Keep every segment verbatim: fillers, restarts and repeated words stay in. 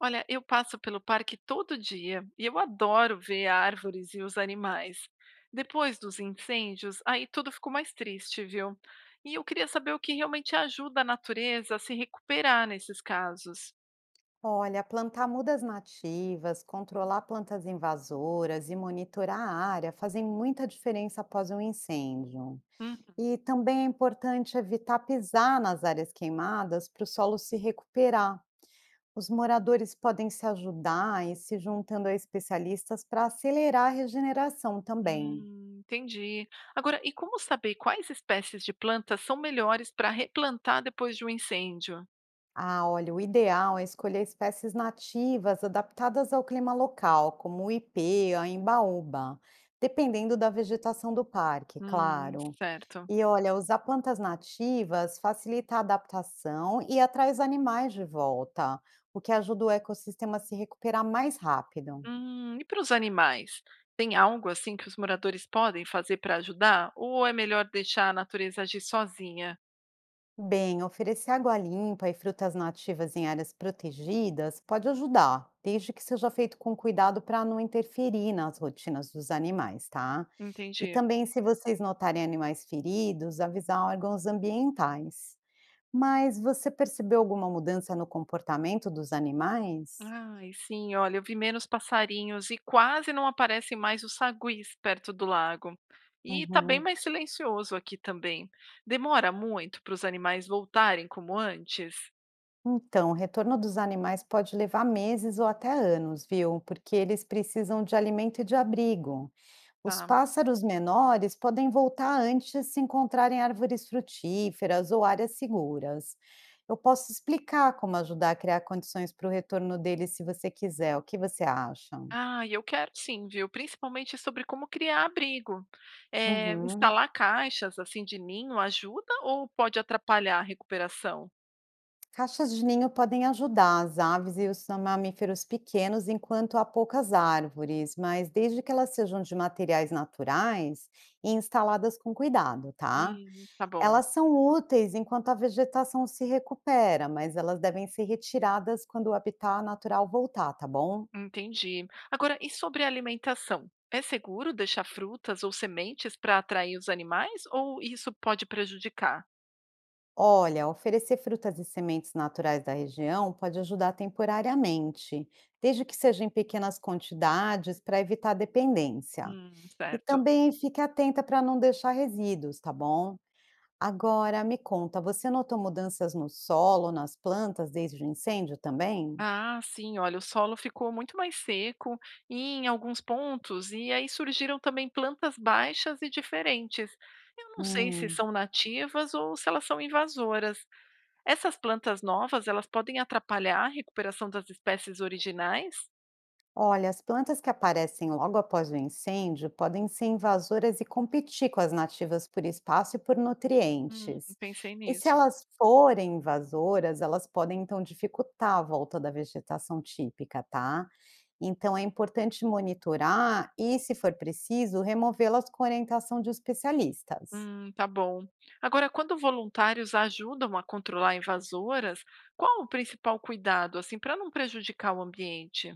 Olha, eu passo pelo parque todo dia e eu adoro ver árvores e os animais. Depois dos incêndios, aí tudo ficou mais triste, viu? E eu queria saber o que realmente ajuda a natureza a se recuperar nesses casos. Olha, plantar mudas nativas, controlar plantas invasoras e monitorar a área fazem muita diferença após um incêndio. Hum, E também é importante evitar pisar nas áreas queimadas para o solo se recuperar. Os moradores podem se ajudar e se juntando a especialistas para acelerar a regeneração também. hum, entendi. Agora, e como saber quais espécies de plantas são melhores para replantar depois de um incêndio? Ah, olha, o ideal é escolher espécies nativas adaptadas ao clima local, como o ipê, a embaúba, dependendo da vegetação do parque, Hum, claro. certo. E olha, usar plantas nativas facilita a adaptação e atrai os animais de volta, o que ajuda o ecossistema a se recuperar mais rápido. Hum, e para os animais? Tem algo assim que os moradores podem fazer para ajudar? Ou é melhor deixar a natureza agir sozinha? Bem, oferecer água limpa e frutas nativas em áreas protegidas pode ajudar, desde que seja feito com cuidado para não interferir nas rotinas dos animais, tá? E Entendi. também, se vocês notarem animais feridos, avisar órgãos ambientais. Mas você percebeu alguma mudança no comportamento dos animais? Ai, sim, olha, eu vi menos passarinhos e quase não aparecem mais os saguis perto do lago. E tá bem Uhum. mais silencioso aqui também. Demora muito para os animais voltarem como antes? Então, o retorno dos animais pode levar meses ou até anos, viu? Porque eles precisam de alimento e de abrigo. Os Tá. pássaros menores podem voltar antes se encontrarem árvores frutíferas ou áreas seguras. Eu posso explicar como ajudar a criar condições para o retorno deles se você quiser. O que você acha? Ah, eu quero sim, viu? Principalmente sobre como criar abrigo. Eh, Uhum. Instalar caixas assim de ninho ajuda ou pode atrapalhar a recuperação? Caixas de ninho podem ajudar as aves e os mamíferos pequenos enquanto há poucas árvores, mas desde que elas sejam de materiais naturais e instaladas com cuidado, tá? Hum, tá bom, Elas são úteis enquanto a vegetação se recupera, mas elas devem ser retiradas quando o habitat natural voltar, tá bom? entendi. Agora, e sobre a alimentação? É seguro deixar frutas ou sementes para atrair os animais ou isso pode prejudicar? Olha, oferecer frutas e sementes naturais da região pode ajudar temporariamente, desde que seja em pequenas quantidades para evitar dependência. Hum, E certo. também fique atenta para não deixar resíduos, tá bom? Agora me conta, você notou mudanças no solo, nas plantas desde o incêndio também? Ah, sim, olha, o solo ficou muito mais seco e em alguns pontos, e aí surgiram também plantas baixas e diferentes. Eu não sei se Hum. são nativas ou se elas são invasoras. Essas plantas novas, elas podem atrapalhar a recuperação das espécies originais? Olha, as plantas que aparecem logo após o incêndio podem ser invasoras e competir com as nativas por espaço e por Hum, nutrientes. pensei E se nisso. elas forem invasoras, elas podem então dificultar a volta da vegetação típica, tá? Então é importante monitorar e, se for preciso, removê-las com orientação de especialistas. Hum, tá bom. Agora, quando voluntários ajudam a controlar invasoras, qual o principal cuidado, assim, para não prejudicar o ambiente?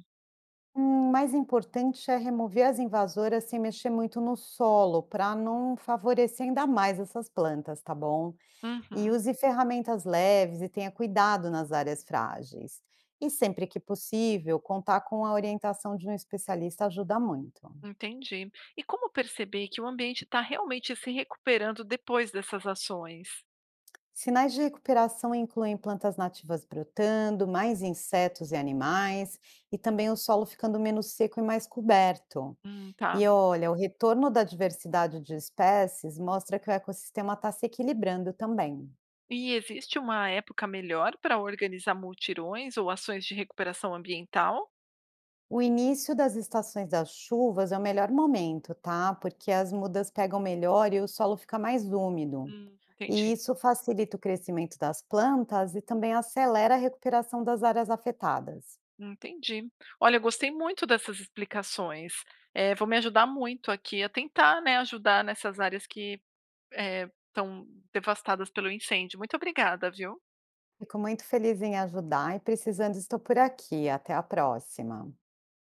Hum, mais importante é remover as invasoras sem mexer muito no solo, para não favorecer ainda mais essas plantas, tá bom? E Uhum. use ferramentas leves e tenha cuidado nas áreas frágeis. E sempre que possível, contar com a orientação de um especialista ajuda muito. Entendi. E como perceber que o ambiente está realmente se recuperando depois dessas ações? Sinais de recuperação incluem plantas nativas brotando, mais insetos e animais, e também o solo ficando menos seco e mais coberto. Hum, tá. E olha, o retorno da diversidade de espécies mostra que o ecossistema está se equilibrando também. E existe uma época melhor para organizar multirões ou ações de recuperação ambiental? O início das estações das chuvas é o melhor momento, tá? Porque as mudas pegam melhor e o solo fica mais úmido. Hum, E entendi. isso facilita o crescimento das plantas e também acelera a recuperação das áreas afetadas. Entendi. Olha, eu gostei muito dessas explicações. Eh, vou me ajudar muito aqui a tentar, né, ajudar nessas áreas que estão devastadas pelo incêndio. Muito obrigada, viu? Fico muito feliz em ajudar e precisando estou por aqui. Até a próxima.